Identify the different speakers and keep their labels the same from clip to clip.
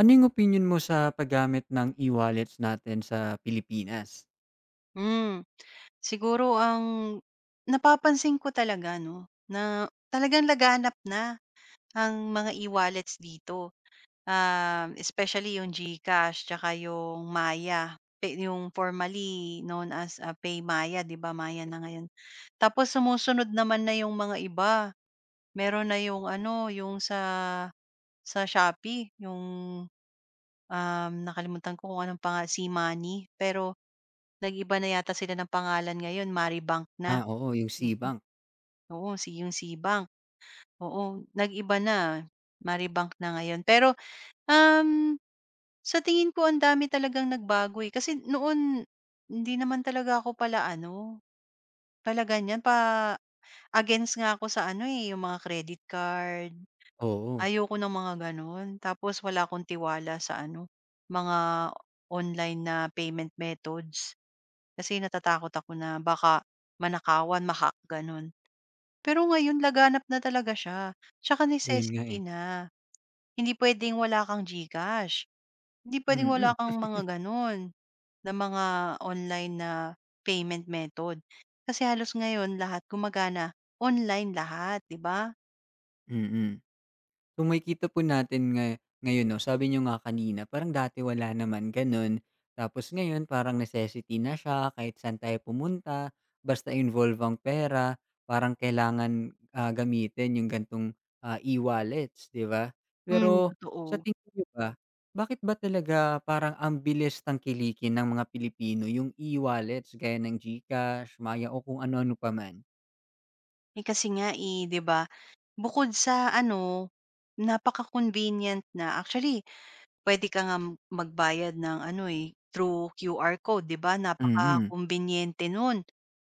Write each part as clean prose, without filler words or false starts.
Speaker 1: Ano yung opinyon mo sa paggamit ng e-wallets natin sa Pilipinas?
Speaker 2: Hmm. Siguro ang napapansin ko talaga 'no, na talagang laganap na ang mga e-wallets dito. Especially yung GCash tsaka yung Maya, yung formerly known as, PayMaya, 'di ba, Maya na ngayon. Tapos sumusunod naman na yung mga iba. Meron na yung ano, yung sa Shopee, yung, nakalimutan ko kung anong panga si money. Pero nag-iba na yata sila ng pangalan ngayon, Maribank na.
Speaker 1: Ah, oo, yung
Speaker 2: Mm,
Speaker 1: Cbank.
Speaker 2: oo, si yung SeaBank, oo, nag-iba na, Maribank na ngayon. Pero, um, sa tingin ko ang dami talagang nagbago, eh, kasi noon hindi naman talaga ako pala ano, pala ganiyan, against nga ako sa ano, eh, yung mga credit card.
Speaker 1: Oo,
Speaker 2: Ayoko ng mga gano'n. Tapos wala akong tiwala sa ano, mga online na payment methods. Kasi natatakot ako na baka manakawan, hack gano'n. Pero ngayon laganap na talaga siya, tsaka
Speaker 1: ayun nga,
Speaker 2: necessity
Speaker 1: eh.
Speaker 2: na. Hindi puwedeng wala kang GCash, hindi puwedeng
Speaker 1: Mm,
Speaker 2: wala kang mga gano'n, na mga online na payment method. Kasi halos ngayon lahat gumagana online lahat, 'di ba?
Speaker 1: mm. Kung makikita po natin nga ngayon 'no, sabi niyo nga kanina parang dati wala naman gano'n, tapos ngayon parang necessity na siya kahit saan tayo pumunta, basta involve ang pera parang kailangan, gamitin yung ganitong, e-wallets, 'di ba?
Speaker 2: Hmm,
Speaker 1: Pero sa
Speaker 2: totoo.
Speaker 1: tingin niyo ba, bakit ba talaga parang ang bilis tangkilikin ng mga Pilipino yung e-wallets gaya ng GCash, Maya o kung ano-ano pa man?
Speaker 2: Eh, kasi nga, eh, 'di ba, bukod sa ano, napaka-convenient na. Actually, puwede ka ngang magbayad ng ano, eh, through QR code, 'di ba,
Speaker 1: Mm,
Speaker 2: napakakumbinyente nun.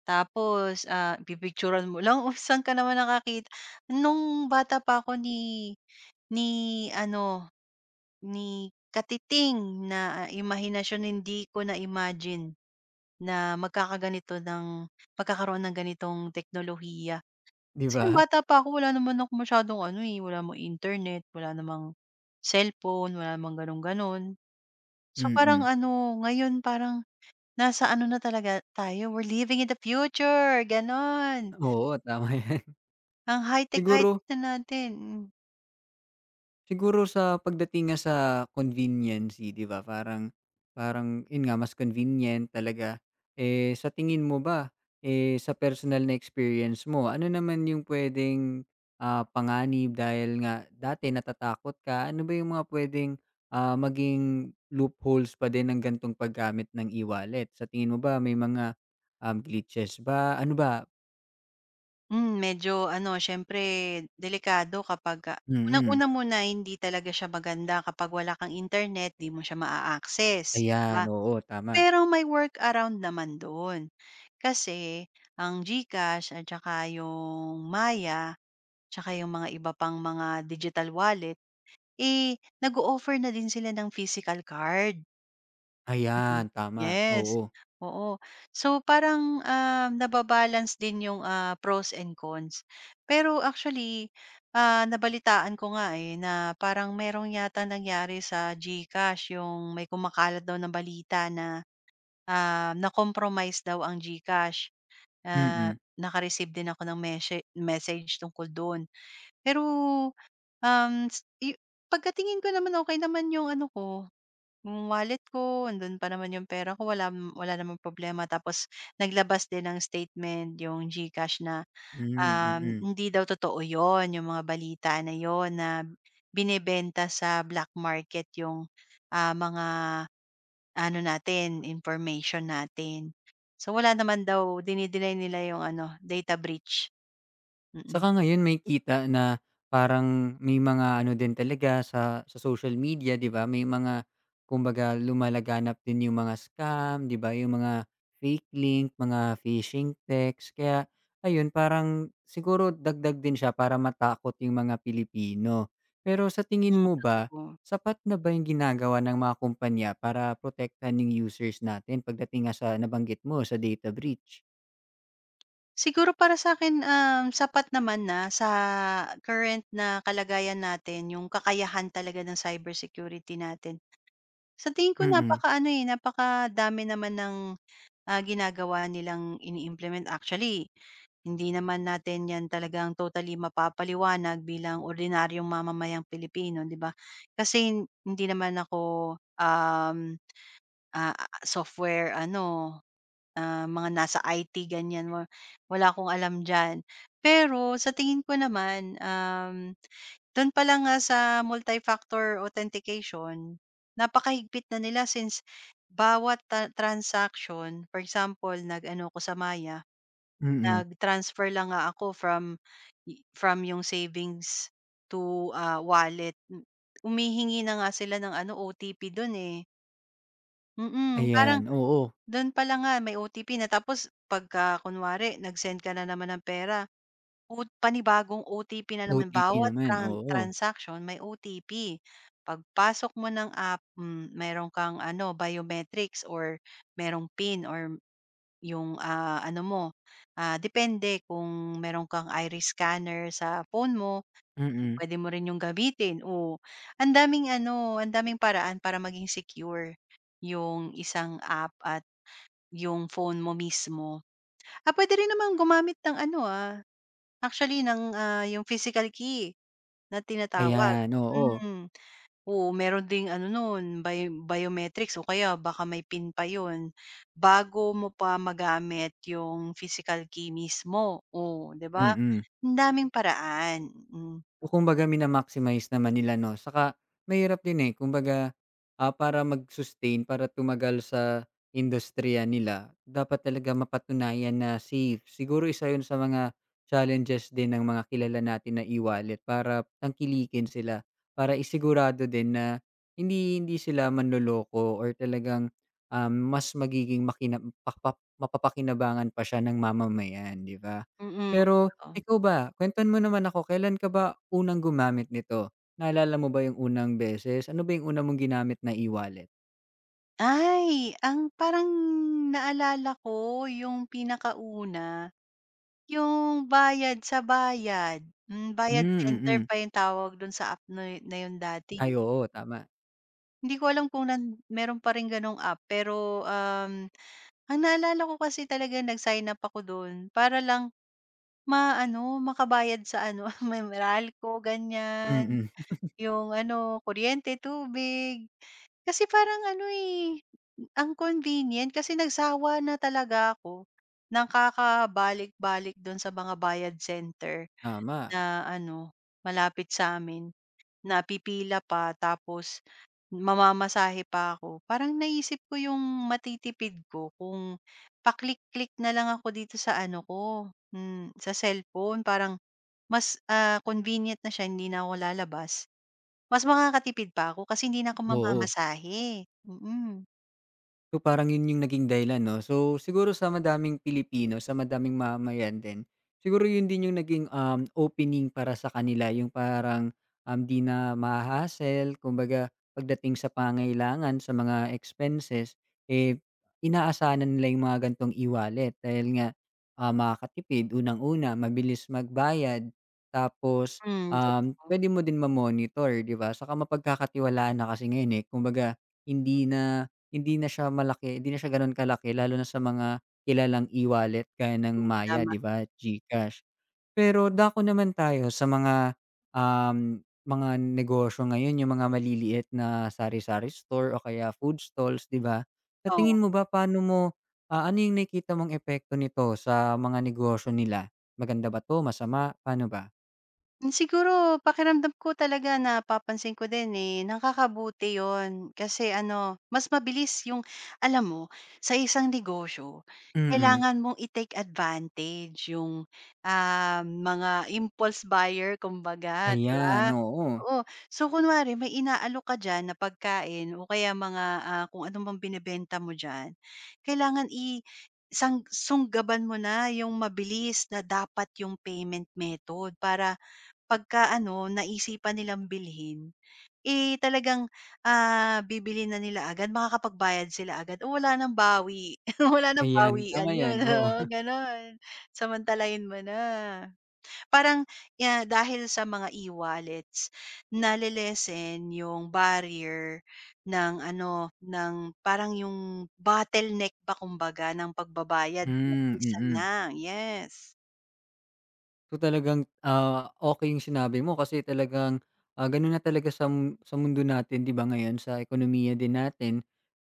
Speaker 2: Tapos, pipicturan mo lang, "Uy, saan ka naman nakakita?" Nung bata pa ako ni ano, ni katiting na imahinasyon, hindi ko na-imagine na magkakaganito ng magkakaroon ng ganitong teknolohiya.
Speaker 1: 'di
Speaker 2: Kasi nung
Speaker 1: ba?
Speaker 2: bata pa ako wala naman ako masyadong ano, eh, wala namang internet, wala namang cellphone, wala namang gano'n-gano'n. So, parang
Speaker 1: Mm.
Speaker 2: ano, ngayon parang nasa ano na talaga tayo, we're living in the future, gano'n.
Speaker 1: Oo, tama 'yan.
Speaker 2: Ang high-tech,
Speaker 1: Siguro
Speaker 2: high-tech na natin.
Speaker 1: Siguro sa pagdating nga sa conveniency, 'di ba, parang parang 'yun nga mas convenient talaga. Eh, sa tingin mo ba, eh, sa personal na experience mo, ano naman yung pwedeng panganib dahil nga dati natatakot ka, ano ba yung mga pwedeng maging loopholes pa din ng gantong paggamit ng e-wallet? Sa tingin mo ba may mga, glitches ba? Ano ba
Speaker 2: Hmm, medyo ano siyempre delikado kapagka
Speaker 1: mm,
Speaker 2: unang-una muna hindi talaga siya maganda kapag wala kang internet, 'di mo siya maa-access,
Speaker 1: ayan,
Speaker 2: ba?
Speaker 1: oo, tama.
Speaker 2: Pero may workaround naman dun. Kasi ang GCash at saka yung Maya, tsaka yung mga iba pang mga digital wallet, eh, nag-o-offer na din sila ng physical card.
Speaker 1: Ayan,
Speaker 2: Mm.
Speaker 1: tama,
Speaker 2: Yes,
Speaker 1: oo,
Speaker 2: oo. So parang, din yung, pros and cons. Pero actually, nabalitaan ko nga, eh, na parang merong yata nangyari sa GCash yung may kumakalat daw na balita na na-compromise daw ang GCash,
Speaker 1: mm.
Speaker 2: ah, naka-receive din ako ng message tungkol doon. Pero, s yu pagkatingin ko naman okey naman 'yung ano ko, 'yung wallet ko, andun pa naman 'yung pera ko, wala namang problema. Tapos naglabas din ng statement 'yung GCash na,
Speaker 1: Hmm, mm.
Speaker 2: hindi daw totoo yon, 'yung mga balita na yon na binebenta sa black market 'yung, mga ano natin, information natin. So, wala naman daw dini nila yung ano, data breach, mm.
Speaker 1: Saka ngayon makikita na parang may mga ano din talaga sa social media, 'di ba? May mga kumbaga lumalaganap din yung mga scam, 'di ba? Yung mga fake link, mga phishing text. Kaya ayun, parang siguro dagdag din siya para matakot yung mga Pilipino. Pero sa tingin
Speaker 2: Hmm,
Speaker 1: mo ba,
Speaker 2: totoo.
Speaker 1: sapat na ba yung ginagawa ng mga kumpanya para protektahan yung users natin pagdating nga sa nabanggit mo, sa data breach?
Speaker 2: Siguro para sa'kin, sapat naman na sa current na kalagayan natin yung kakayahan talaga ng cybersecurity natin. Sa tingin ko
Speaker 1: Mm,
Speaker 2: napakaano, eh, napaka dami naman ng, ginagawa nilang ini-implement. Actually, hindi naman natin 'yan talagang totally mapapaliwanag bilang ordinaryong mamamayang Pilipino, 'di ba? Kasi hindi naman ako, um, software ano, mga nasa IT ganyan, wala akong alam diyan. Pero sa tingin ko naman, do'n pa lang nga sa multi-factor authentication, napakahigpit na nila since bawat transaction, for example, nag-ano ako sa Maya.
Speaker 1: mm.
Speaker 2: Nag-transfer lang nga ako from from yung savings to, wallet. Humihingi na nga sila ng ano, OTP dun, eh. Parang
Speaker 1: Ayan, oo.
Speaker 2: dun pa lang nga may OTP na, tapos pagka kunwari nag-send ka na naman ng pera, o panibagong OTP na naman.
Speaker 1: OTP
Speaker 2: Bawat
Speaker 1: naman, oo.
Speaker 2: transaction may OTP. Pagpasok mo ng app, hmm, meron kang ano, biometrics or merong PIN or yung, ano mo, depende kung meron kang iris scanner sa phone mo,
Speaker 1: Mm.
Speaker 2: pwede mo rin yung gamitin o ang daming ano, ang daming paraan para maging secure yung isang app at yung phone mo mismo. Ah, puwede rin naman gumamit ng ano, actually ng, yung physical key na tinatawag.
Speaker 1: Ayan, oo.
Speaker 2: Mm. Oo, meron ding ano nun, biometrics o kaya baka may PIN pa yun, bago mo pa magamit yung physical key mismo, oh, 'di ba?
Speaker 1: Mm.
Speaker 2: Hmm. Ang daming paraan, mm,
Speaker 1: O kumbaga mina-maximize naman nila 'no, saka mahirap din, eh, kumbaga, para mag-sustain, para tumagal sa industriya nila, dapat talaga mapatunayan na safe. Siguro isa 'yun sa mga challenges din ng mga kilala natin na e-wallet para tangkilikin sila, para isigurado din na hindi hindi sila manloloko or talagang, mas magiging makina pakpap mapapakinabangan pa siya ng mamamayan, 'di ba?
Speaker 2: mm,
Speaker 1: Pero
Speaker 2: oo.
Speaker 1: ikaw ba, kuwentuhan mo naman ako, kailan ka ba unang gumamit nito? Naalala mo ba yung unang beses? Ano ba yung una mong ginamit na e-wallet?
Speaker 2: Ay, ang parang naalala ko yung pinakauna, yung bayad sa bayad, hmm, bayad
Speaker 1: Hmm,
Speaker 2: center
Speaker 1: mm.
Speaker 2: pa yung tawag dun sa app na na yun dati.
Speaker 1: Ay, oo, tama.
Speaker 2: Hindi ko alam kung meron pa rin ganong app pero. Ang naalala ko kasi talaga nag-sign up ako dun para lang makabayad sa ano, may Meralco ganyan,
Speaker 1: Mm.
Speaker 2: yung ano, kuryente, tubig. Kasi parang ano, eh, ang convenient kasi nagsawa na talaga ako ng kakabalik-balik dun sa mga bayad center
Speaker 1: Tama.
Speaker 2: na ano, malapit sa amin na pipila pa tapos mamamasahe pa ako. Parang naisip ko yung matitipid ko kung click na lang ako dito sa ano ko, hmm, sa cellphone. Parang mas, convenient na siya, hindi na ako lalabas. Mas makakatipid pa ako kasi hindi na ako
Speaker 1: Oo.
Speaker 2: mamamasahe.
Speaker 1: So, parang yun yung naging dahilan 'no. So, siguro sa madaming Pilipino, sa madaming mamayan din, siguro yun din yung naging, opening para sa kanila yung parang, 'di na mahasel hassle kumbaga pagdating sa pangailangan sa mga expenses, eh, inaasahan na nila yung mga gantong e-wallet dahil nga, makakatipid unang-una, mabilis magbayad, tapos,
Speaker 2: Hmm, totoo.
Speaker 1: puwede mo din ma-monitor 'di ba? Saka mapagkakatiwalaan na kasi ngayon, eh, kumbaga hindi na hindi na siya malaki, hindi na siya gano'n kalaki lalo na sa mga kilalang e-wallet gaya ng
Speaker 2: Hmm,
Speaker 1: Maya,
Speaker 2: tama,
Speaker 1: 'di ba, GCash. Pero dako naman tayo sa mga, um, mga negosyo ngayon, yung mga maliliit na sari-sari store o kaya food stalls, 'di ba? Sa
Speaker 2: oo.
Speaker 1: tingin mo ba paano mo, ano yung nakikita mong epekto nito sa mga negosyo nila? Maganda ba 'to, masama, paano ba?
Speaker 2: Hmm, siguro pakiramdam ko talaga na napapansin ko din, eh, nakakabuti 'yun. Kasi ano, mas mabilis yung alam mo, sa isang negosyo
Speaker 1: Mm.
Speaker 2: kailangan mong i-take advantage yung, mga impulse buyer kumbaga, 'di
Speaker 1: Ayan,
Speaker 2: ba?
Speaker 1: oo.
Speaker 2: Oo. So, kunwari may inaalok ka diyan na pagkain o kaya mga, kung ano mang binebenta mo diyan, kailangan sang sunggaban mo na yung mabilis na dapat yung payment method para pagka ano, naisipan nilang bilhin, eh, talagang, bibili na nila agad, makakapagbayad sila agad o wala ng bawi, wala ng
Speaker 1: Ayan,
Speaker 2: bawian
Speaker 1: tama
Speaker 2: yun,
Speaker 1: 'yan, oo.
Speaker 2: gano'n. Samantalahin mo na. Parang, dahil sa mga e-wallets, nale yung barrier ng ano, ng parang yung bottleneck ba kumbaga ng pagbabayad,
Speaker 1: Hmm,
Speaker 2: mabilisan
Speaker 1: mm.
Speaker 2: na, yes.
Speaker 1: So, talagang, okey yung sinabi mo kasi talagang, gano'n na talaga sa sa mundo natin 'di ba ngayon, sa ekonomiya din natin.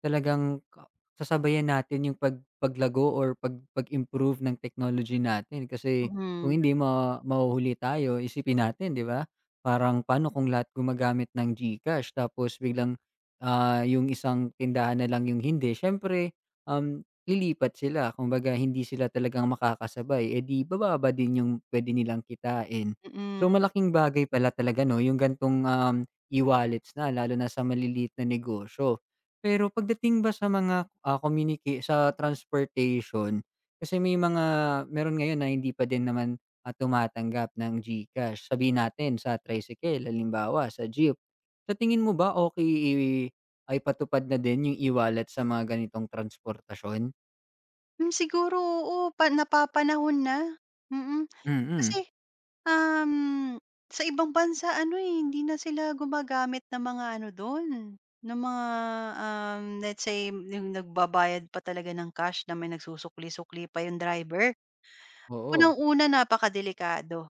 Speaker 1: Talagang ka sasabayan natin yung paglago or pag-improve ng technology natin kasi kung
Speaker 2: Mhm,
Speaker 1: hindi mahuhuli tayo. Isipin natin 'di ba, parang paano kung lahat gumagamit ng GCash tapos biglang, yung isang tindahan na lang yung hindi. Siyempre, um, lilipat sila kumbaga hindi sila talagang makakasabay, eh, di bababa din yung puwede nilang kitain. So,
Speaker 2: mm.
Speaker 1: malaking bagay pala talaga 'no yung ganitong, e-wallets na lalo na sa maliliit na negosyo. Pero pagdating ba sa mga, ah, communica sa transportation, kasi may mga meron ngayon na hindi pa din naman, tumatanggap ng GCash. Sabihin natin sa tricycle halimbawa, sa jeep. Sa tingin mo ba okay i ay patupad na din yung e-wallet sa mga ganitong transportasyon?
Speaker 2: Hmm, siguro oo, napapanahon na, mm.
Speaker 1: Mm.
Speaker 2: Kasi, um, sa ibang bansa ano, eh, hindi na sila gumagamit ng mga ano dun, ng mga, let's say yung nagbabayad pa talaga ng cash na may nagsusukli-sukli pa yung driver.
Speaker 1: Oo.
Speaker 2: Unang-una napakadelikado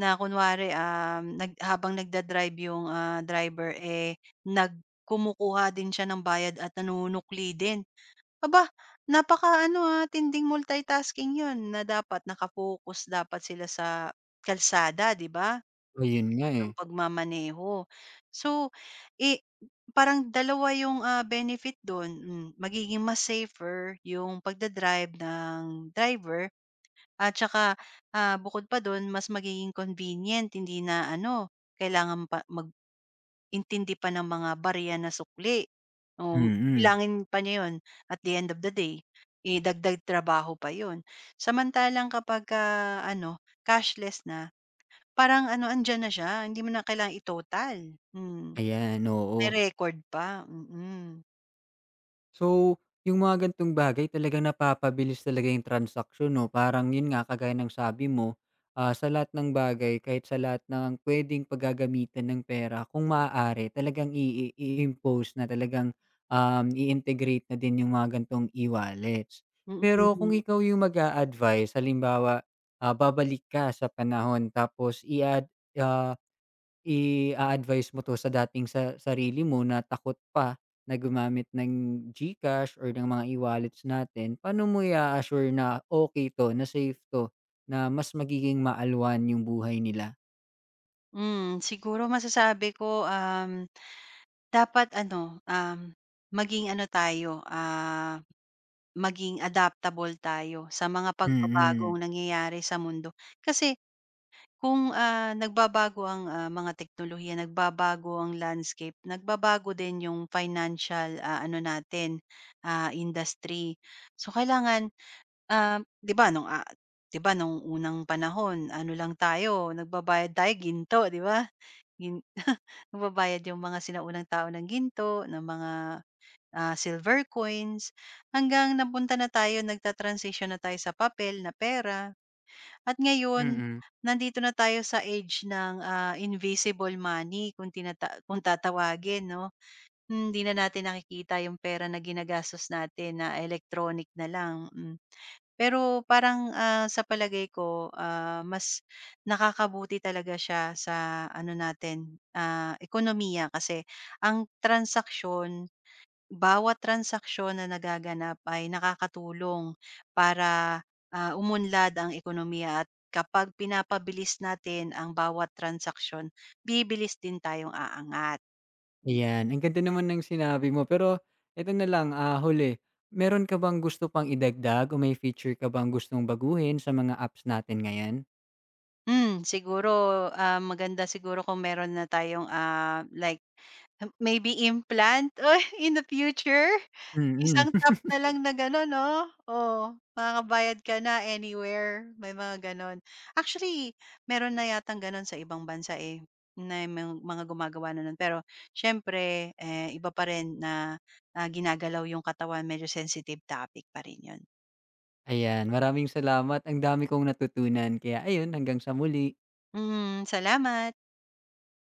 Speaker 2: na kunwari, habang nagda-drive yung, driver, eh, nag kumukuha din siya ng bayad at nanunukli din. Aba, napaka ano tinding multitasking 'yun na dapat naka-focus dapat sila sa kalsada, 'di ba,
Speaker 1: Ayun nga, eh.
Speaker 2: ang pagmamaneho. So, eh, parang dalawa yung, benefit do'n, hmm, magiging mas safer yung pagda-drive ng driver at saka, bukod pa do'n mas magiging convenient, hindi na ano, kailangan pa mag intindi pa ng mga barya na sukli. Um,
Speaker 1: Mm.
Speaker 2: bibilangin pa niya 'yun at the end of the day, eh, dagdag trabaho pa 'yun. Samantalang kapagka ano, cashless na, parang ano, andiyan na siya, hindi mo na kailangang i-total. Hmm,
Speaker 1: Ayan, oo.
Speaker 2: may record pa.
Speaker 1: So, yung mga ganitong bagay talagang napapabilis talaga yung transaksyon 'no, parang yun nga kagaya ng sabi mo, sa lahat ng bagay kahit sa lahat ng puwedeng paggagamitan ng pera kung maaari talagang i-impose na talagang, i-integrate na din yung mga ganitong e-wallets. Pero kung
Speaker 2: Mm.
Speaker 1: ikaw yung mag-a-advice halimbawa, babalik ka sa panahon tapos i-add ah i-a-advice mo 'to sa dating sa sarili mo na takot pa na gumamit ng GCash or ng mga e-wallets natin, paano mo i assure na okay 'to, na safe 'to, na mas magiging maalwan yung buhay nila?
Speaker 2: Hmm, siguro masasabi ko, dapat ano, maging ano tayo, maging adaptable tayo sa mga pagbabagong
Speaker 1: Mm,
Speaker 2: nangyayari sa mundo. Kasi kung, nagbabago ang, mga teknolohiya, nagbabago ang landscape, nagbabago din yung financial, ano natin, industry. So kailangan, 'di ba nung unang panahon ano lang tayo, nagbabayad tayo ginto, 'di ba? Gin Nagbabayad yung mga sinaunang tao ng ginto, ng mga, silver coins, hanggang napunta na tayo, nagta-transition na tayo sa papel na pera. At ngayon,
Speaker 1: mm.
Speaker 2: nandito na tayo sa age ng, invisible money, kung kung tatawagin 'no. Hindi na natin nakikita yung pera na ginagastos natin, na electronic na lang. Pero parang, sa palagay ko, mas nakakabuti talaga siya sa ano natin, ekonomiya, kasi ang transaksyon bawat transaksyon na nagaganap ay nakakatulong para, umunlad ang ekonomiya, at kapag pinapabilis natin ang bawat transaksyon, bibilis din tayong aangat.
Speaker 1: Ayan, ang ganda naman ng sinabi mo. Pero ito na lang, huli, meron ka bang gusto pang idagdag o may feature ka bang gustong baguhin sa mga apps natin ngayon?
Speaker 2: Mm, siguro, maganda siguro kung meron na tayong, like maybe implant, in the future?
Speaker 1: Mm.
Speaker 2: Isang tap na lang na gano'n 'no? Oo, makakabayad ka na anywhere, may mga gano'n. Actually, meron na yatang gano'n sa ibang bansa, eh, na may mga gumagawa na no'n, pero siyempre, eh, iba pa rin na, ginagalaw yung katawan, medyo sensitive topic pa rin 'yun.
Speaker 1: Ayan, maraming salamat. Ang dami kong natutunan. Kaya ayun, hanggang sa muli.
Speaker 2: Mm, salamat.